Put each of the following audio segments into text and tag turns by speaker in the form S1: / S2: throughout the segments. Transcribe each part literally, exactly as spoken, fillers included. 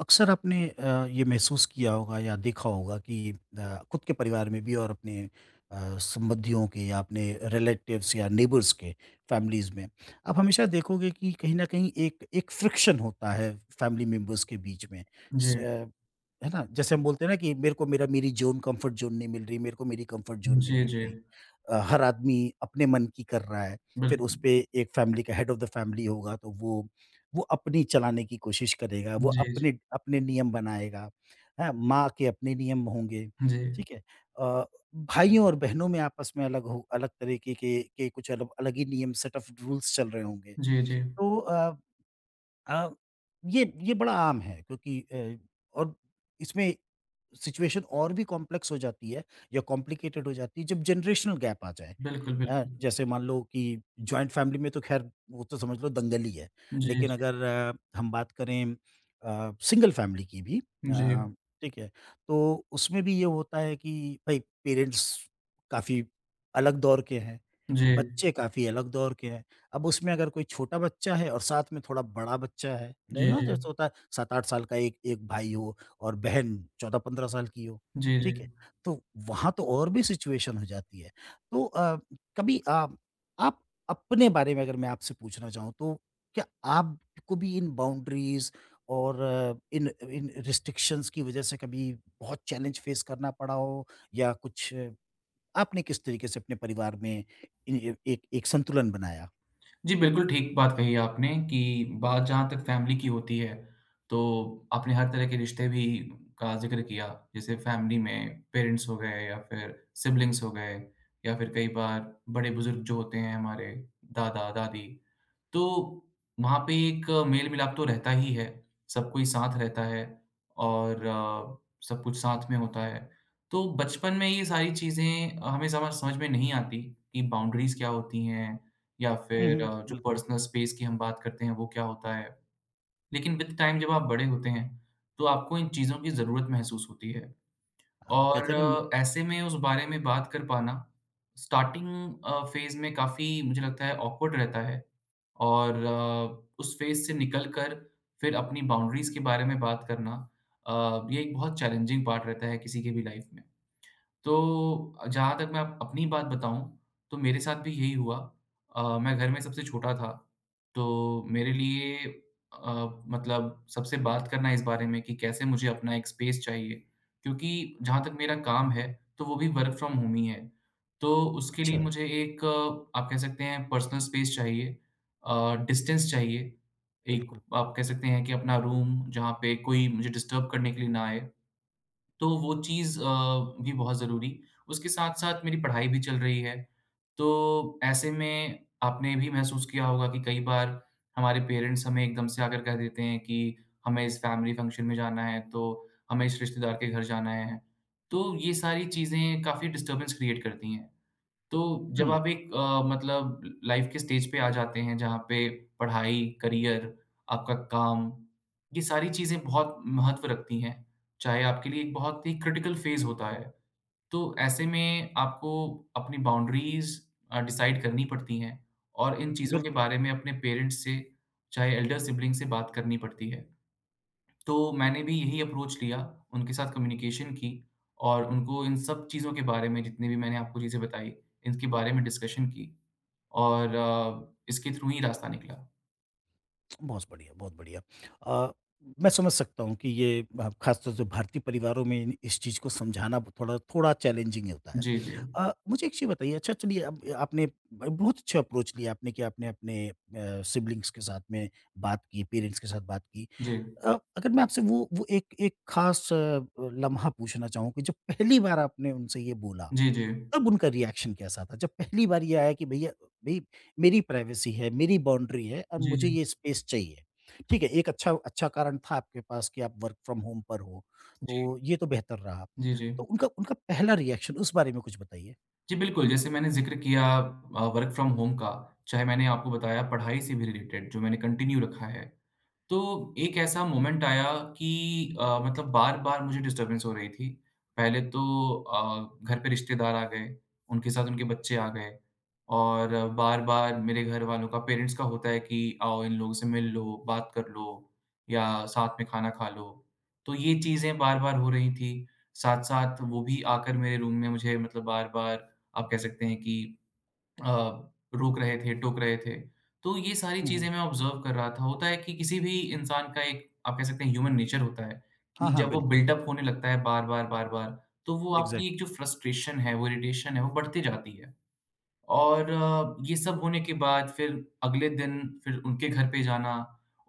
S1: अक्सर आपने अ, ये महसूस किया होगा या देखा होगा कि अ, खुद के परिवार में भी और अपने अ, संबंधियों के या अपने रिलेटिव्स या नेबर्स के फैमिलीज़ में आप हमेशा देखोगे कि कहीं न कहीं एक एक फ्रिक्शन होता है फैमिली मेंबर्स के बीच में। स
S2: जी,
S1: अ, है ना? जैसे हम बोलते हैं ना कि मेरे को मेरा मेरी ज़ोन कंफर्ट ज़ोन नहीं मिल रही, मेरे को मेरी कंफर्ट ज़ोन नहीं
S2: जी,
S1: मिल
S2: जी।
S1: रही। अ, हर आदमी अपने मन की कर रहा है। फिर उस
S2: बिल्कुल,
S1: पे एक फैमिली का हेड ऑफ़ द फैमिली होगा तो वो वो अपनी चलाने की कोशिश करेगा, वो
S2: जी, जी,
S1: अपने अपने नियम बनाएगा, हैं? माँ के अपने नियम होंगे,
S2: जी,
S1: ठीक है? अ, भाइयों और बहनों में आपस में अलग हो अलग तरीके के के कुछ अलग अलग ही नियम सेट ऑफ़ रूल्स चल रहे होंगे।
S2: जी, जी।
S1: तो अ अ, ये ये बड़ा आम है, क्योंकि अ, और इसमें सिचुएशन और भी कॉम्प्लेक्स हो जाती है या कॉम्प्लिकेटेड हो जाती है जब जनरेशनल गैप आ जाए।
S2: बिल्कुल,
S1: अ,
S2: बिल्कुल।
S1: जैसे मान लो कि जॉइंट फैमिली में तो खैर वो तो समझ लो दंगल ही है,
S2: जी,
S1: लेकिन
S2: जी,
S1: अगर अ, हम बात करें सिंगल फैमिली की भी, अ,
S2: जी,
S1: ठीक है, तो उसमें भी ये होता है कि भाई पेरेंट्स काफ़ी अलग दौर के हैं,
S2: जी,
S1: बच्चे काफ़ी अलग दौर के हैं। अब उसमें अगर कोई छोटा बच्चा है और साथ में थोड़ा बड़ा बच्चा है नहीं
S2: जी,
S1: हो,
S2: जी,
S1: जैसे
S2: जी,
S1: होता है सात आठ साल का एक एक भाई हो और बहन चौदह पंद्रह साल की हो,
S2: जी,
S1: ठीक है?
S2: जी।
S1: तो वहाँ तो और भी सिचुएशन हो जाती है। तो अ, कभी अ, आप, अपने बारे में अगर मैं आपसे पूछना चाहूँ तो क्या आपको भी इन बाउंड्रीज़ और अ, इन इन रिस्ट्रिक्शंस की वज़ह से कभी बहुत चैलेंज फेस करना पड़ा हो, या कुछ अ, आपने किस तरीके से अपने परिवार में इन ए एक एक संतुलन बनाया?
S2: जी, बिल्कुल ठीक बात कही आपने कि बात जहाँ तक फैमिली की होती है, तो आपने हर तरह के रिश्ते भी का ज़िक्र किया, जैसे फैमिली में पेरेंट्स हो गए या फिर सिबलिंग्स हो गए या फिर कई बार बड़े-बुज़ुर्ग जो होते हैं हमारे दादा-दादी, तो वहाँ पे एक मेल-मिलाप तो रहता ही है, सब कोई साथ रहता है और अ, सब कुछ साथ में होता है। तो बचपन में ये सारी चीज़ें हमें समझ समझ में नहीं आती कि बाउंड्रीज़ क्या होती हैं या
S1: हुँ,
S2: फिर
S1: हुँ,
S2: अ, जो
S1: बिल्कुल।
S2: पर्सनल स्पेस की हम बात करते हैं वो क्या होता है। लेकिन विद टाइम जब आप बड़े होते हैं, तो आपको इन चीज़ों की ज़रूरत महसूस होती है
S1: हाँ, वो
S2: और
S1: कहते हैं ना म
S2: अ, ऐसे में उस बारे में बात कर पाना स्टार्टिंग अ, फ़ेज़ में काफ़ी मुझे लगता है ऑकवर्ड रहता है और अ, उस फ़ेज़ से निकल कर फिर अपनी बाउंड्रीज़ के बारे में बात करना अ, ये एक बहुत चैलेंजिंग पार्ट रहता है किसी की भी लाइफ़ में। तो जहाँ तक मैं आप अपनी बात बताऊँ, तो मेरे साथ भी यही हुआ। अ, मैं घर में सबसे छोटा था, तो मेरे लिए अ, मतलब सबसे बात करना इस बारे में कि कैसे मुझे अपना एक स्पेस चाहिए, क्योंकि जहाँ तक मेरा काम है, तो वो भी वर्क फ्रॉम होम ही है। तो उसके
S1: अच्छा,
S2: लिए मुझे एक अ, आप कह सकते हैं पर्सनल स्पेस चाहिए अ, डिस्टेंस चाहिए। एक
S1: बिल्कुल।
S2: आप कह सकते हैं कि अपना रूम, जहाँ पे कोई मुझे डिस्टर्ब करने के लिए ना आए। तो वो चीज़ अ, भी बहुत ज़रूरी। उसके साथ-साथ मेरी पढ़ाई भी चल रही है। तो ऐसे में आपने भी महसूस किया होगा कि कई बार हमारे पेरेंट्स हमें एकदम से आकर कह देते हैं कि हमें इस फैमिली फंक्शन में जाना है, तो हमें इस रिश्तेदार के घर जाना है। तो ये सारी चीज़ें काफ़ी डिस्टर्बेंस क्रिएट करती हैं। तो जब
S1: हुँ,
S2: आप एक अ, मतलब लाइफ के स्टेज पे आ जाते हैं जहाँ पे पढ़ाई, करियर, आपका काम, ये सारी चीज़ें बहुत महत्व रखती हैं। चाहे आपके लिए एक बहुत ही क्रिटिकल फेज़ होता है। तो ऐसे में आपको अपनी बाउंड्रीज़ अ, डिसाइड करनी पड़ती हैं और इन चीज़ों के
S1: बिल्कुल।
S2: बारे में अपने पेरेंट्स से, चाहे एल्डर सिब्लिंग से बात करनी पड़ती है। तो मैंने भी यही अप्रोच लिया, उनके साथ कम्युनिकेशन की और उनको इन सब चीज़ों के बारे में जितनी भी मैंने आपको चीज़ें बताई, इनके बारे में डिस्कशन की और अ, इसके थ्रू ही रास्ता निकला।
S1: बहुत बढ़िया, बहुत बढ़िया। अ, मैं समझ सकता हूँ कि ये अ, ख़ासतौर से भारतीय परिवारों में इन इस चीज़ को समझाना थोड़ा थोड़ा चैलेंजिंग होता है।
S2: जी, जी।
S1: अ, मुझे एक चीज़ बताइए। अच्छा, चलिए, अब आपने ब बहुत अच्छा अप्रोच लिया, आपने कि आपने अपने अ, सिबलिंग्स के साथ में बात की, पेरेंट्स के साथ बात की।
S2: जी।
S1: अ, अगर मैं आपसे वो वो एक एक ख़ास अ, लम्हा पूछना चाहूँ कि जब पहली बार आपने उनसे ये बोला
S2: जी, जी।
S1: तब उनका रिएक्शन कैसा था? जब पहली बार ये आया कि भैया भई, मेरी प्राइवेसी है, मेरी बाउंड्री है और
S2: जी,
S1: मुझे
S2: जी।
S1: ये स्पेस चाहिए। ठीक है, एक अच्छा अच्छा कारण था आपके पास कि आप वर्क फ्रॉम होम पर हो,
S2: जी।
S1: तो ये तो बेहतर रहा।
S2: जी,
S1: तो
S2: जी।
S1: उनका उनका पहला रिएक्शन उस बारे में कुछ बताइए?
S2: जी, बिल्कुल, जैसे मैंने ज़िक्र किया अ, वर्क फ्रॉम होम का, चाहे मैंने आपको बताया पढ़ाई से भी रिलेटेड जो मैंने कंटिन्यू रखा है। तो एक ऐसा मोमेंट आया कि अ, मतलब बार-बार मुझे डिस्टर्बेंस हो रही थी। पहले तो अ, घर पे रिश्तेदार आ गए, उनके साथ उनके बच्चे आ गए और बार-बार मेरे घर वालों का पेरेंट्स का होता है कि आओ इन लोगों से मिल लो, बात कर लो या साथ में खाना खा लो। तो ये चीज़ें बार-बार हो रही थी। साथ-साथ वो भी आकर मेरे रूम में मुझे मतलब बार-बार आप कह सकते हैं कि अ, रोक रहे थे, टोक रहे थे। तो ये सारी
S1: हुँ, हुँ।
S2: चीज़ें मैं ऑब्ज़र्व कर रहा था। होता है कि किसी भी इंसान का एक आप कह सकते हैं ह्यूमन नेचर होता है
S1: हाँ,
S2: कि
S1: हाँ,
S2: जब वो
S1: बिल्कुल।
S2: बिल्ट अप होने लगता है बार-बार, बार-बार, तो वो
S1: एग्ज़ैक्ट।
S2: आपकी एक जो फ्रस्ट्रेशन है, वो इरिटेशन है, वो बढ़ती जाती है। और अ, ये सब होने के बाद फिर अगले दिन फिर उनके घर पे जाना,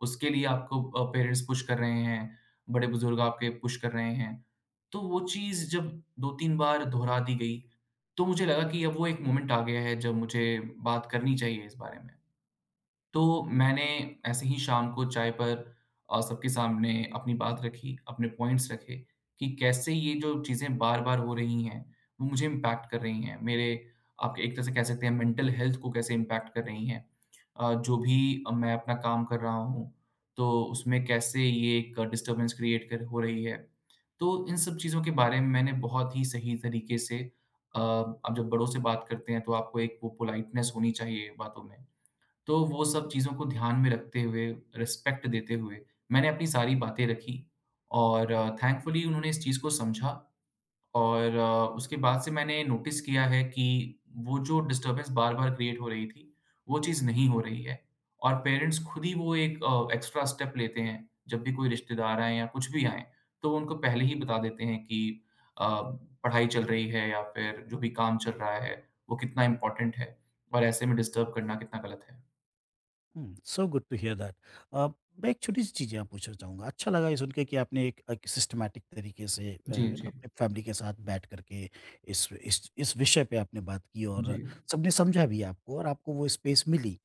S2: उसके लिए आपको अ, पेरेंट्स पुश कर रहे हैं, बड़े-बुज़ुर्ग आपके पुश कर रहे हैं। तो वो चीज़ जब दो तीन बार दोहरा दी गई, तो मुझे लगा कि अब वो एक मोमेंट आ गया है जब मुझे बात करनी चाहिए इस बारे में। तो मैंने ऐसे ही शाम को चाय पर अ, सबके सामने अपनी बात रखी, अपने पॉइंट्स रखे कि कैसे ये जो चीज़ें बार-बार हो रही हैं, वो मुझे इम्पैक्ट कर रही हैं। मेरे आप एक तरह से कह सकते हैं मेंटल हेल्थ को कैसे इम्पैक्ट कर रही हैं। अ, जो भी मैं अपना काम कर रहा हूँ, तो उसमें कैसे ये एक डिस्टर्बेंस क्रिएट कर हो रही है। तो इन सब चीज़ों के बारे में मैंने बहुत ही सही तरीके से अ, आप जब बड़ों से बात करते हैं, तो आपको एक वो पोलाइटनेस होनी चाहिए बातों में। तो वो सब चीज़ों को ध्यान में रखते हुए, रिस्पेक्ट देते हुए, मैंने अपनी सारी बातें रखी और थैंकफुली उन्होंने इस चीज़ को समझा और अ, उसके बाद से मैंने नोटिस किया है कि वो जो डिस्टर्बेंस बार-बार क्रिएट हो रही थी, वो चीज़ नहीं हो रही है और पेरेंट्स खुद ही वो एक अ, एक्स्ट्रा स्टेप लेते हैं, जब भी कोई रिश्तेदार आएँ या कुछ भी आएँ, तो वो उनको पहले ही बता देते हैं कि अ, पढ़ाई चल रही है या फिर जो भी काम चल रहा है, वो कितना इम्पोर्टेंट है और ऐसे में डिस्टर्ब करना कितना गलत है।
S1: हुँ, so good to hear that. अ, मैं एक छोटी-सी चीज़ यहाँ पूछना चाहूँगा। अच्छा लगा ये सुन के कि आपने एक एक सिस्टमैटिक तरीके से, अ,
S2: जी,
S1: है ना,
S2: जी।
S1: अपने फैमिली के साथ बैठ कर के इस इस इस विषय पे आपने बात की
S2: जी।
S1: और सबने समझा भी आपको और आपको वो स्पेस मिली।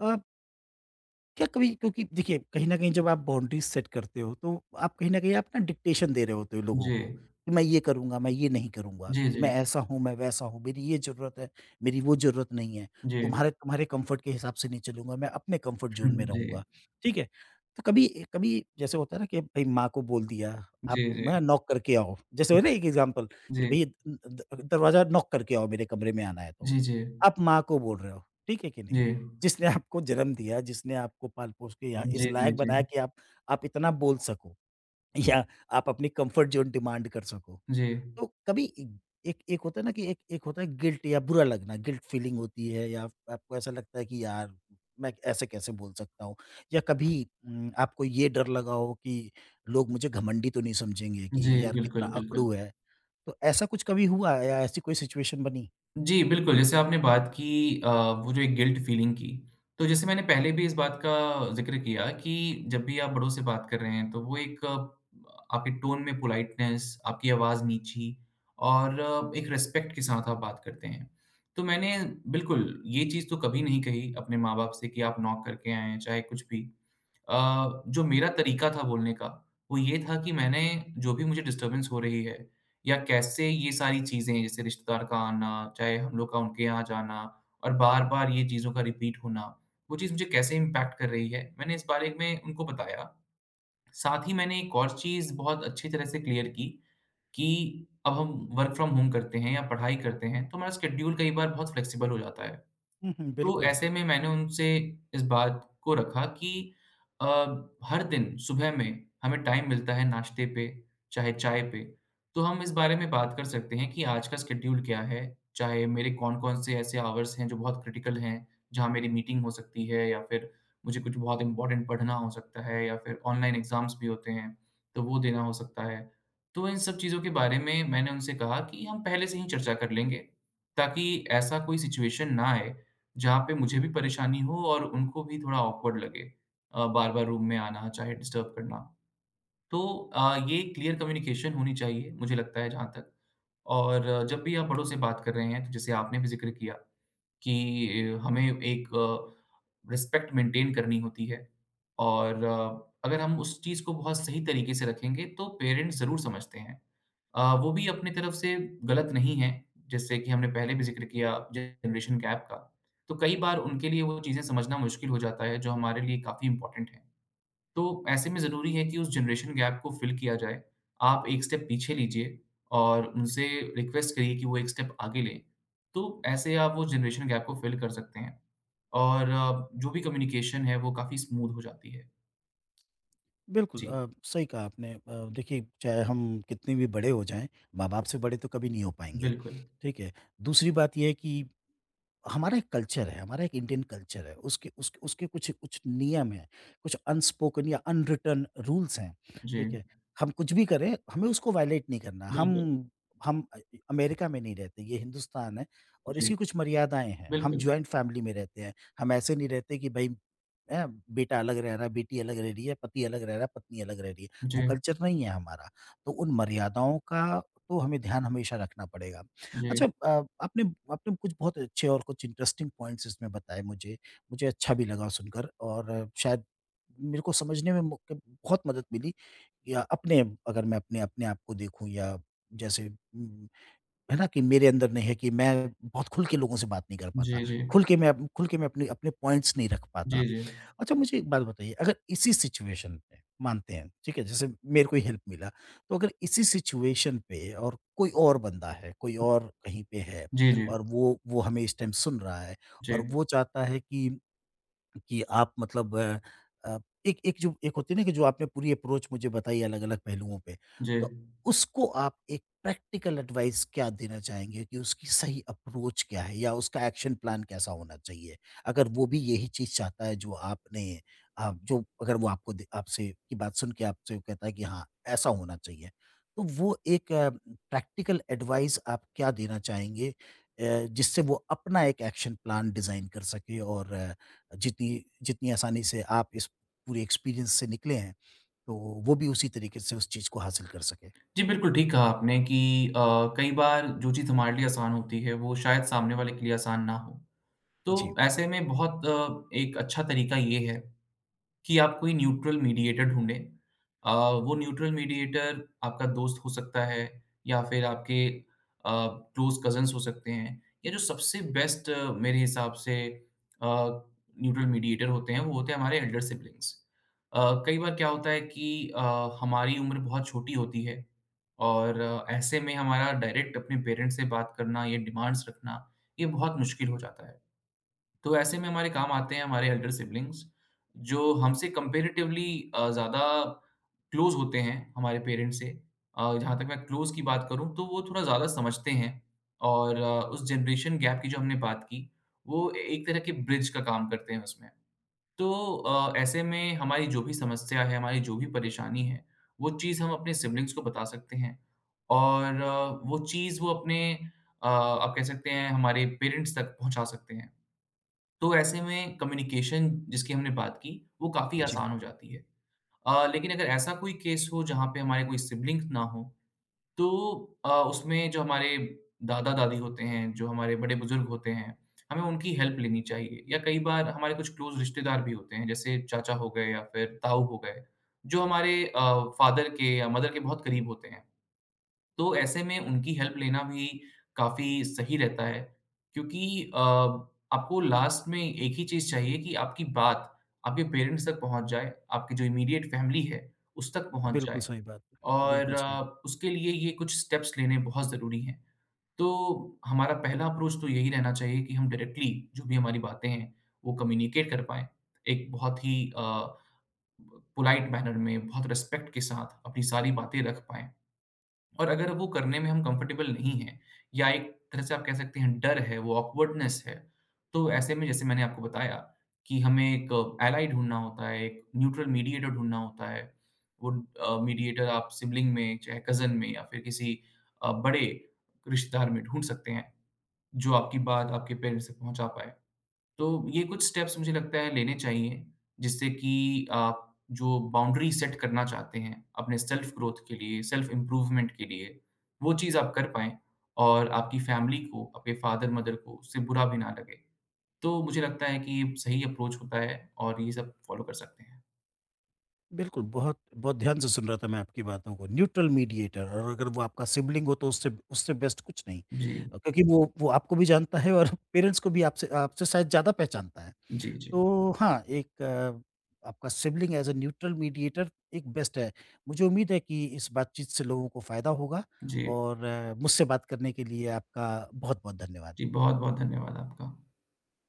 S1: अ क्या कभी, क्योंकि देखिए, कहीं न कहीं जब आप बाउंड्रीज़ सेट करते हो तो आप कहीं न कहीं आप ना डिक्टेशन दे रहे होते हो लोगों
S2: जी।
S1: को, कि मैं ये करूँगा, मैं ये नहीं करूँगा,
S2: जी,
S1: मैं
S2: जी।
S1: ऐसा हूँ, मैं वैसा हूँ, मेरी ये ज़रूरत है, मेरी वो ज़रूरत नहीं है,
S2: जी।
S1: तुम्हारे तुम्हारे कम्फ़र्ट के हिसाब से नहीं चलूँगा, मैं अपने कम्फ़र्ट ज़ोन में
S2: जी।
S1: रहूँगा, ठीक है? तो कभी कभी जैसे होता है ना कि भई माँ को बोल दिया, आप
S2: जी, जी।
S1: मैं नॉक करके आओ, जैसे होता है ना एक एग्ज़ाम्पल कि
S2: जी।
S1: भई द दरवाज़ा नॉक करके आओ मेरे कमरे में आना है तो,
S2: जी, जी।
S1: आप माँ को बोल रहे हो, ठीक है कि नहीं?
S2: जी।
S1: जिसने आपको जन्म दिया, जिसने आपको पाल-पोस के यहाँ इस
S2: जी, जी,
S1: लायक
S2: जी।
S1: बनाया कि आप आप इतना बोल सको, या आप अपनी कम्फर्ट ज़ोन डिमांड कर सको।
S2: जी।
S1: तो कभी ए एक एक होता है ना कि एक एक होता है गिल्ट या बुरा लगना, गिल्ट फीलिंग होती है, या आप- आपको ऐसा लगता है कि यार मैं ऐसे कैसे बोल सकता हूँ? या कभी उम, आपको ये डर लगा हो कि लोग मुझे घमंडी तो नहीं समझेंगे
S2: जी,
S1: कि यार कितना
S2: बिल्कुल, बिल्कुल।
S1: अकड़ू है? तो ऐसा कुछ कभी हुआ है या ऐसी कोई सिचुएशन बनी?
S2: जी, बिल्कुल, जैसे आपने बात की अ, वो जो एक गिल्ट फीलिंग की, तो जैसे मैंने पहले भी इस बात का ज़िक्र किया कि जब भी आप बड़ों से बात कर रहे हैं, तो वो एक अ, आपके टोन में पोलाइटनेस, आपकी आवाज़ नीची और अ, एक रिस्पेक्ट के साथ आप बात करते हैं। तो मैंने बिल्कुल, ये चीज़ तो कभी नहीं कही अपने माँ-बाप से कि आप नॉक करके आएँ, चाहे कुछ भी। अ, जो मेरा तरीका था बोलने का, वो ये था कि मैंने जो भी मुझे डिस्टर्बेंस हो रही है या कैसे ये सारी चीज़ें जैसे रिश्तेदार का आना, चाहे हम लोग का उनके यहाँ जाना और बार-बार ये चीज़ों का रिपीट होना, वो चीज़ मुझे कैसे इम्पैक्ट कर रही है, मैंने इस बारे में उनको बताया। साथ ही मैंने एक और चीज़ बहुत अच्छी तरह से क्लियर की कि अब हम वर्क फ्रॉम होम करते हैं या पढ़ाई करते हैं, तो हमारा शेड्यूल कई बार बहुत फ्लेक्सिबल हो जाता है।
S1: हुँ, हुँ,
S2: तो
S1: बिल्कुल।
S2: ऐसे में मैंने उनसे इस बात को रखा कि अ, हर दिन सुबह में हमें टाइम मिलता है नाश्ते पे, चाहे चाय पे, तो हम इस बारे में बात कर सकते हैं कि आज का शेड्यूल क्या है, चाहे मेरे कौन-कौन से ऐसे आवर्स हैं जो बहुत क्रिटिकल हैं, जहाँ मेरी मीटिंग हो सकती है या फिर मुझे कुछ बहुत इम्पोर्टेंट पढ़ना हो सकता है या फिर ऑनलाइन एग्ज़ाम्स भी होते हैं, तो वो देना हो सकता है। तो इन सब चीज़ों के बारे में मैंने उनसे कहा कि हम पहले से ही चर्चा कर लेंगे, ताकि ऐसा कोई सिचुएशन ना आए जहाँ पे मुझे भी परेशानी हो और उनको भी थोड़ा ऑकवर्ड लगे अ, बार-बार रूम में आना, चाहे डिस्टर्ब करना। तो अ, ये क्लियर कम्युनिकेशन होनी चाहिए, मुझे लगता है जहाँ तक और अ, जब भी आप बड़ों से बात कर रहे हैं, तो जैसे आपने भी ज़िक्र किया कि हमें एक रिस्पेक्ट मेंटेन करनी होती है और अ, अगर हम उस चीज़ को बहुत सही तरीके से रखेंगे तो पेरेंट्स ज़रूर समझते हैं। अ, वो भी अपनी तरफ से गलत नहीं है, जैसे कि हमने पहले भी ज़िक्र किया जनरेशन गैप का, तो कई बार उनके लिए वो चीज़ें समझना मुश्किल हो जाता है जो हमारे लिए काफ़ी इम्पोर्टेंट है। तो ऐसे में ज़रूरी है कि उस जनरेशन गैप को फ़िल किया जाए। आप एक स्टेप पीछे लीजिए और उनसे रिक्वेस्ट करिए कि वो एक स्टेप आगे लें। तो ऐसे आप वो जनरेशन गैप को फ़िल कर सकते हैं और अ, जो भी कम्युनिकेशन है वो काफ़ी स्मूथ हो जाती है।
S1: बिल्कुल
S2: जी,
S1: अ, सही कहा आपने। अ, देखिए, चाहे हम कितने भी बड़े हो जाएं, माँ बाप से बड़े तो कभी नहीं हो पाएंगे।
S2: बिल्कुल।
S1: ठीक है। दूसरी बात यह है कि हमारा एक कल्चर है, हमारा एक इंडियन कल्चर है। उसके उसके उसके कुछ कुछ नियम हैं, कुछ अनस्पोकन या अनरिटन रूल्स हैं, ठीक
S2: जी,
S1: है? हम कुछ भी करें, हमें उसको वायलेट नहीं करना। हम
S2: बिल्कुल।
S1: हम अ, अमेरिका में नहीं रहते, ये हिंदुस्तान है और
S2: जी,
S1: इसकी कुछ मर्यादाएँ हैं। हम
S2: बिल्कुल।
S1: जॉइंट फैमिली में रहते हैं, हम ऐसे नहीं रहते कि भई अ, बेटा अलग रह रहा है, बेटी अलग रह रही है, पति अलग रह रहा है, पत्नी अलग रह रही है। वो
S2: जी,
S1: कल्चर नहीं है हमारा। तो उन मर्यादाओं का तो हमें ध्यान हमेशा रखना पड़ेगा।
S2: जी,
S1: अच्छा, अ, आपने आपने कुछ बहुत अच्छे और कुछ इंटरेस्टिंग पॉइंट्स इसमें बताए मुझे। मुझे अच्छा भी लगा सुनकर, और आ, शायद मेरे को समझने में मो बहुत मदद मिली, या अपने, अगर मैं अपने अपने आप को देखूँ, या जैसे उम, है ना, कि मेरे अंदर नहीं है कि मैं बहुत खुल के लोगों से बात नहीं कर पाता।
S2: जी, जी।
S1: खुल के मैं अप- खुल के मैं अपने अपने पॉइंट्स नहीं रख पाता।
S2: जी, जी।
S1: अच्छा मुझे एक बात बताइए, अगर इसी सिचुएशन पे मानते हैं, ठीक है? जैसे मेरे को ही हेल्प मिला, तो अगर इसी सिचुएशन पे और कोई और बंदा है, कोई और कहीं पे है
S2: जी, जी।
S1: और वो वो हमें इस टाइम सुन रहा है, और
S2: जी,
S1: वो चाहता है कि कि आप मतलब अ अ, एक एक जो एक होती है ना, कि जो आपने पूरी अप्रोच मुझे बताई अलग-अलग पहलुओं पे,
S2: जी।
S1: तो उसको आप एक प्रैक्टिकल एडवाइस क्या देना चाहेंगे कि उसकी सही अप्रोच क्या है, या उसका एक्शन प्लान कैसा होना चाहिए? अगर वो भी यही चीज़ चाहता है जो आपने, आप जो, अगर वो आपको दे, आपसे की बात सुन के आपसे वो कहता है कि हाँ, ऐसा होना चाहिए। तो वो एक अ, प्रैक्टिकल एडवाइस आप क्या देना चाहेंगे, अ, जिससे वो अपना एक एक्शन प्लान डिज़ाइन कर सके, और जितनी जितनी आसानी से आप इस पूरे एक्सपीरियंस से निकले हैं, तो वो भी उसी तरीके से उस चीज़ को हासिल कर सकें।
S2: जी, बिल्कुल ठीक कहा आपने कि अ, कई बार जो चीज़ हमारे लिए आसान होती है वो शायद सामने वाले के लिए आसान ना हो।
S1: जी,
S2: तो ऐसे में बहुत अ, एक अच्छा तरीका ये है कि आप कोई न्यूट्रल मीडिएटर ढूँढें। अ, वो न्यूट्रल मीडिएटर आपका दोस्त हो सकता है या फिर आपके अ, क्लोज़ कज़िन्स हो सकते हैं या जो सबसे बेस्ट मेरे हिसाब से अ, न्यूट्रल मीडिएटर होते हैं, वो होते हैं हमारे एल्डर सिब्लिंग्स। अ, कई बार क्या होता है कि अ, हमारी उम्र बहुत छोटी होती है और अ, ऐसे में हमारा डायरेक्ट अपने पेरेंट्स से बात करना या डिमांड्स रखना, ये बहुत मुश्किल हो जाता है। तो ऐसे में हमारे काम आते हैं हमारे एल्डर सिबलिंग्स जो हमसे कंपैरेटिवली अ, ज़्यादा क्लोज होते हैं हमारे पेरेंट्स से। अ, जहाँ तक मैं क्लोज की बात करूँ तो वो थोड़ा ज़्यादा समझते हैं और अ, उस जनरेशन गैप की जो हमने बात की, वो ए एक तरह के ब्रिज का काम करते हैं उसमें। तो अ, ऐसे में हमारी जो भी समस्या है, हमारी जो भी परेशानी है, वो चीज़ हम अपने सिबलिंग्स को बता सकते हैं और अ, वो चीज़ वो अपने अ, आप कह सकते हैं हमारे पेरेंट्स तक पहुँचा सकते हैं। तो ऐसे में कम्युनिकेशन जिसकी हमने बात की, वो काफ़ी
S1: जी।
S2: आसान हो जाती है। अ, लेकिन अगर ऐसा कोई केस हो जहाँ पे हमारे कोई सिब्लिंग्स ना हो, तो अ, उसमें जो हमारे दादा-दादी होते हैं, जो हमारे बड़े-बुज़ुर्ग होते हैं, हमें उनकी हेल्प लेनी चाहिए या कई बार हमारे कुछ क्लोज़ रिश्तेदार भी होते हैं, जैसे चाचा हो गए या फिर ताऊ हो गए, जो हमारे अ, फ़ादर के या मदर के बहुत करीब होते हैं। तो ऐसे में उनकी हेल्प लेना भी काफ़ी सही रहता है क्योंकि अ, आपको लास्ट में एक ही चीज़ चाहिए कि आपकी बात आपके पेरेंट्स तक पहुँच जाए, आपकी जो इमीडिएट फ़ैमिली है, उस तक पहुँच
S1: बिल्कुल
S2: जाए
S1: सही बात है।
S2: और
S1: बिल्कुल सही।
S2: अ, उसके लिए ये कुछ स्टेप्स लेने बहुत ज़रूरी हैं। तो हमारा पहला अप्रोच तो यही रहना चाहिए कि हम डायरेक्टली जो भी हमारी बातें हैं, वो कम्युनिकेट कर पाएँ। एक बहुत ही अ, पोलाइट मैनर में, बहुत रिस्पेक्ट के साथ अपनी सारी बातें रख पाएँ। और अगर वो करने में हम कंफर्टेबल नहीं हैं या एक तरह से आप कह सकते हैं डर है, वो ऑकवर्डनेस है, तो ऐसे में जैसे मैंने आपको बताया कि हमें एक एलाइ ढूँढना होता है, एक न्यूट्रल मीडिएटर ढूँढना होता है। वो अ, मीडिएटर आप सिबलिंग में, चाहे कज़न में या फिर किसी अ, बड़े रिश्तेदार में ढूँढ सकते हैं, जो आपकी बात आपके पेरेंट्स तक पहुँचा पाए। तो ये कुछ स्टेप्स मुझे लगता है लेने चाहिए, जिससे कि आप जो बाउंड्री सेट करना चाहते हैं, अपने सेल्फ ग्रोथ के लिए, सेल्फ इम्प्रूवमेंट के लिए, वो चीज़ आप कर पाएँ और आपकी फैमिली को, आपके फादर-मदर को उससे बुरा भी ना लगे। तो मुझे लगता है कि ये सही अप्रोच होता है और ये सब फॉलो कर सकते हैं।
S1: बिल्कुल, बहुत बहुत ध्यान से सुन रहा था मैं आपकी बातों को। न्यूट्रल मीडिएटर, और अगर वो आपका सिबलिंग हो तो उससे उससे बेस्ट कुछ नहीं।
S2: जी।
S1: क्योंकि वो वो आपको भी जानता है और पेरेंट्स को भी आपसे आपसे शायद ज़्यादा पहचानता है।
S2: जी, जी।
S1: तो हाँ, एक अ, आपका sibling as a neutral mediator एक बेस्ट है। मुझे उम्मीद है कि इस बातचीत से लोगों को फ़ायदा होगा,
S2: जी।
S1: और अ, मुझसे बात करने के लिए आपका बहुत-बहुत धन्यवाद।
S2: जी, बहुत-बहुत धन्यवाद आपका।